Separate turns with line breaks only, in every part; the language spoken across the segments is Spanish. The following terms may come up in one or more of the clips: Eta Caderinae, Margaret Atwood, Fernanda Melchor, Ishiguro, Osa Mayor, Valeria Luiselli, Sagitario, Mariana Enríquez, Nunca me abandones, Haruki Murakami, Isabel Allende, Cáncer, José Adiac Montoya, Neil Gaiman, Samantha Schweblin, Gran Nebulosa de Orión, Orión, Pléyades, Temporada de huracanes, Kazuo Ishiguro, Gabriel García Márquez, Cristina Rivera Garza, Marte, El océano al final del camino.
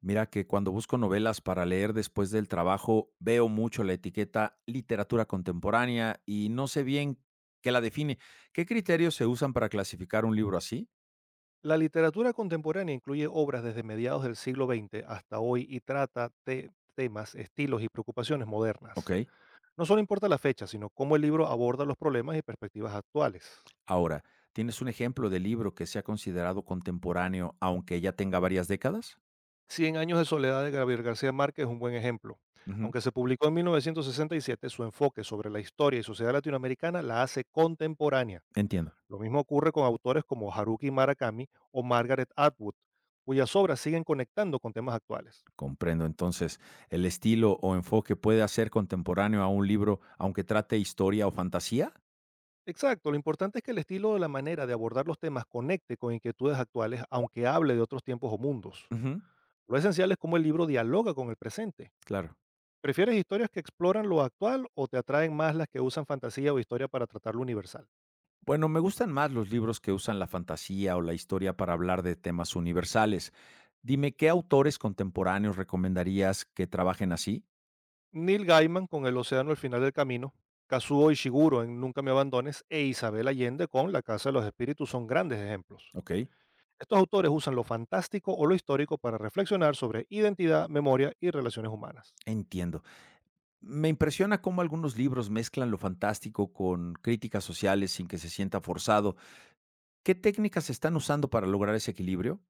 Mira que cuando busco novelas para leer después del trabajo, veo mucho la etiqueta literatura contemporánea y no sé bien qué la define. ¿Qué criterios se usan para clasificar un libro así?
La literatura contemporánea incluye obras desde mediados del siglo XX hasta hoy y trata temas, estilos y preocupaciones
Ok.
modernas. No solo importa la fecha, sino cómo el libro aborda los problemas y perspectivas actuales.
Ahora, ¿tienes un ejemplo de libro que sea considerado contemporáneo aunque ya tenga varias décadas?
Cien años de soledad de Gabriel García Márquez es un buen ejemplo.
Ujú.
Aunque se publicó en 1967, su enfoque sobre la historia y sociedad latinoamericana la hace contemporánea.
Entiendo.
Lo mismo ocurre con autores como Haruki Murakami o Margaret Atwood, cuyas obras siguen conectando con temas actuales.
Comprendo. Entonces, ¿el estilo o enfoque puede hacer contemporáneo a un libro aunque trate historia o fantasía?
Exacto, lo importante es que el estilo o la manera de abordar los temas conecte con inquietudes actuales, aunque hable de otros tiempos o mundos.
Ujú.
Lo esencial es cómo el libro dialoga con el presente.
Claro.
¿Prefieres historias que exploran lo actual o te atraen más las que usan fantasía o historia para tratar lo universal?
Bueno, me gustan más los libros que usan la fantasía o la historia para hablar de temas universales. Dime, ¿qué autores contemporáneos recomendarías que trabajen así?
Neil Gaiman con El océano al final del camino, Kazuo Ishiguro en Nunca me abandones e Isabel Allende con La casa de los espíritus son grandes ejemplos.
Ok.
Estos autores usan lo fantástico o lo histórico para reflexionar sobre identidad, memoria y relaciones humanas.
Entiendo. Me impresiona cómo algunos libros mezclan lo fantástico con críticas sociales sin que se sienta forzado. ¿Qué técnicas están usando para lograr ese equilibrio?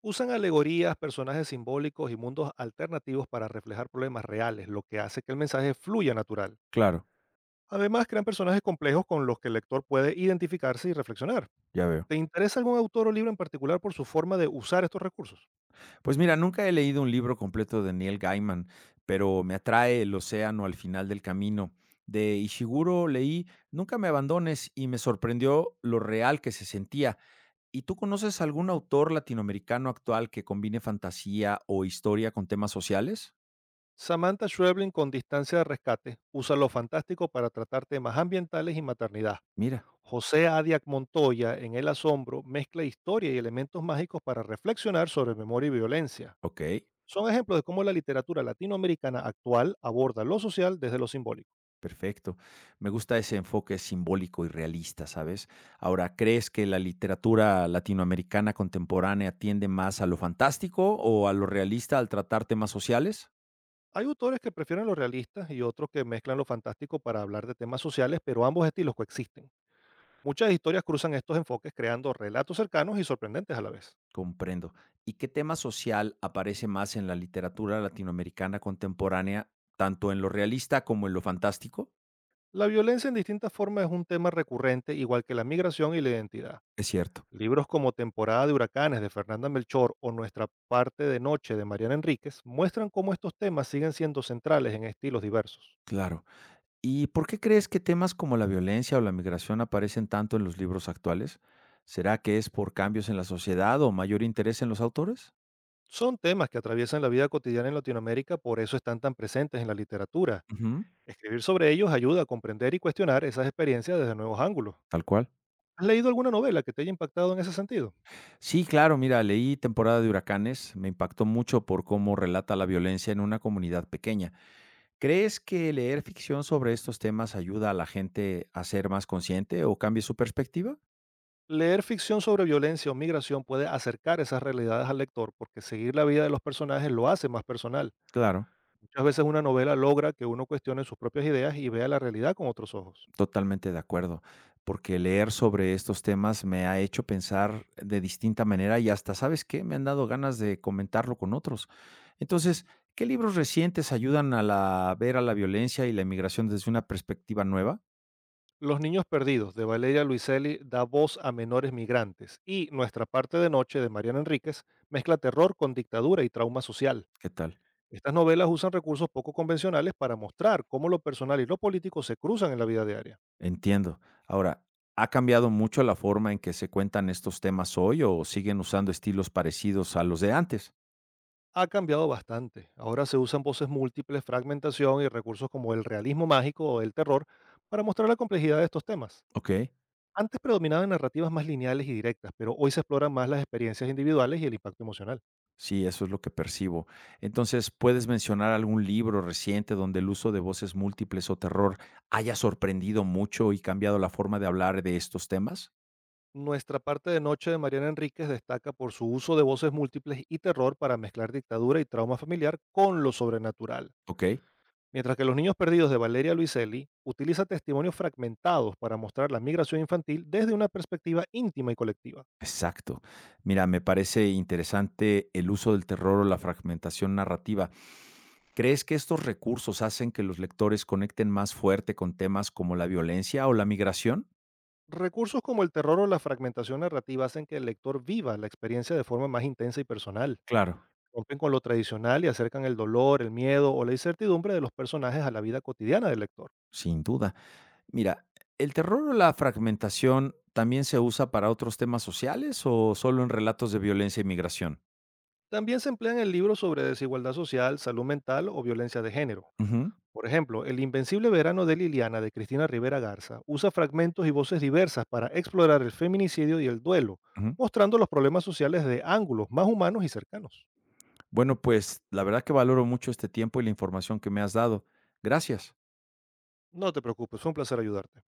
Usan alegorías, personajes simbólicos y mundos alternativos para reflejar problemas reales, lo que hace que el mensaje fluya natural.
Claro,
Además, crean personajes complejos con los que el lector puede identificarse y reflexionar.
ya veo.
¿Te interesa algún autor o libro en particular por su forma de usar estos recursos?
Pues mira, nunca he leído un libro completo de Neil Gaiman, pero me atrae El océano al final del camino. De Ishiguro leí Nunca me abandones y me sorprendió lo real que se sentía. ¿Y tú conoces algún autor latinoamericano actual que combine fantasía o historia con temas sociales?
Samantha Schweblin con Distancia de Rescate usa lo fantástico para tratar temas ambientales y maternidad.
Mira,
José Adiac Montoya en El Asombro mezcla historia y elementos mágicos para reflexionar sobre memoria y violencia.
ok.
Son ejemplos de cómo la literatura latinoamericana actual aborda lo social desde lo simbólico.
Perfecto. Me gusta ese enfoque simbólico y realista, ¿sabes? Ahora, ¿crees que la literatura latinoamericana contemporánea tiende más a lo fantástico o a lo realista al tratar temas sociales?
Hay autores que prefieren los realistas y otros que mezclan lo fantástico para hablar de temas sociales, pero ambos estilos coexisten. Muchas historias cruzan estos enfoques creando relatos cercanos y sorprendentes a la vez.
Comprendo. ¿Y qué tema social aparece más en la literatura latinoamericana contemporánea, tanto en lo realista como en lo fantástico?
La violencia en distintas formas es un tema recurrente, igual que la migración y la identidad.
Es cierto.
Libros como Temporada de Huracanes de Fernanda Melchor o Nuestra parte de Noche de Mariana Enríquez muestran cómo estos temas siguen siendo centrales en estilos diversos.
Claro. ¿Y por qué crees que temas como la violencia o la migración aparecen tanto en los libros actuales? ¿Será que es por cambios en la sociedad o mayor interés en los autores?
Son temas que atraviesan la vida cotidiana en Latinoamérica, por eso están tan presentes en la literatura.
Ujú,
Escribir sobre ellos ayuda a comprender y cuestionar esas experiencias desde nuevos ángulos.
tal cual.
¿Has leído alguna novela que te haya impactado en ese sentido?
Sí, claro, mira, leí Temporada de huracanes, me impactó mucho por cómo relata la violencia en una comunidad pequeña. ¿Crees que leer ficción sobre estos temas ayuda a la gente a ser más consciente o cambie su perspectiva?
Leer ficción sobre violencia o migración puede acercar esas realidades al lector porque seguir la vida de los personajes lo hace más personal.
Claro,
Muchas veces una novela logra que uno cuestione sus propias ideas y vea la realidad con otros ojos.
totalmente de acuerdo, porque leer sobre estos temas me ha hecho pensar de distinta manera y hasta, ¿sabes qué? Me han dado ganas de comentarlo con otros. Entonces, ¿qué libros recientes ayudan a la, ver a la violencia y la inmigración desde una perspectiva nueva?
Los niños perdidos de Valeria Luiselli da voz a menores migrantes y Nuestra parte de noche de Mariana Enríquez mezcla terror con dictadura y trauma social.
¿Qué tal?
Estas novelas usan recursos poco convencionales para mostrar cómo lo personal y lo político se cruzan en la vida diaria.
Entiendo. Ahora, ¿ha cambiado mucho la forma en que se cuentan estos temas hoy o siguen usando estilos parecidos a los de antes?
Ha cambiado bastante. Ahora se usan voces múltiples, fragmentación y recursos como el realismo mágico o el terror para mostrar la complejidad de estos temas.
Ok,
Antes predominaban narrativas más lineales y directas, pero hoy se exploran más las experiencias individuales y el impacto emocional.
sí, eso es lo que percibo. Entonces, ¿puedes mencionar algún libro reciente donde el uso de voces múltiples o terror haya sorprendido mucho y cambiado la forma de hablar de estos temas?
Nuestra parte de Noche de Mariana Enríquez destaca por su uso de voces múltiples y terror para mezclar dictadura y trauma familiar con lo sobrenatural,
Ok,
mientras que Los Niños Perdidos de Valeria Luiselli utiliza testimonios fragmentados para mostrar la migración infantil desde una perspectiva íntima y colectiva.
exacto. Mira, me parece interesante el uso del terror o la fragmentación narrativa. ¿Crees que estos recursos hacen que los lectores conecten más fuerte con temas como la violencia o la migración?
Recursos como el terror o la fragmentación narrativa hacen que el lector viva la experiencia de forma más intensa y personal,
Claro,
rompen con lo tradicional y acercan el dolor, el miedo o la incertidumbre de los personajes a la vida cotidiana del lector.
sin duda. Mira, ¿el terror o la fragmentación también se usa para otros temas sociales o solo en relatos de violencia y migración?
También se emplean en libros sobre desigualdad social, salud mental o violencia de género.
Ujú,
Por ejemplo, El Invencible Verano de Liliana de Cristina Rivera Garza usa fragmentos y voces diversas para explorar el feminicidio y el duelo,
ujú.
mostrando los problemas sociales de ángulos más humanos y cercanos.
Bueno, pues la verdad que valoro mucho este tiempo y la información que me has dado. Gracias.
No te preocupes, fue un placer ayudarte.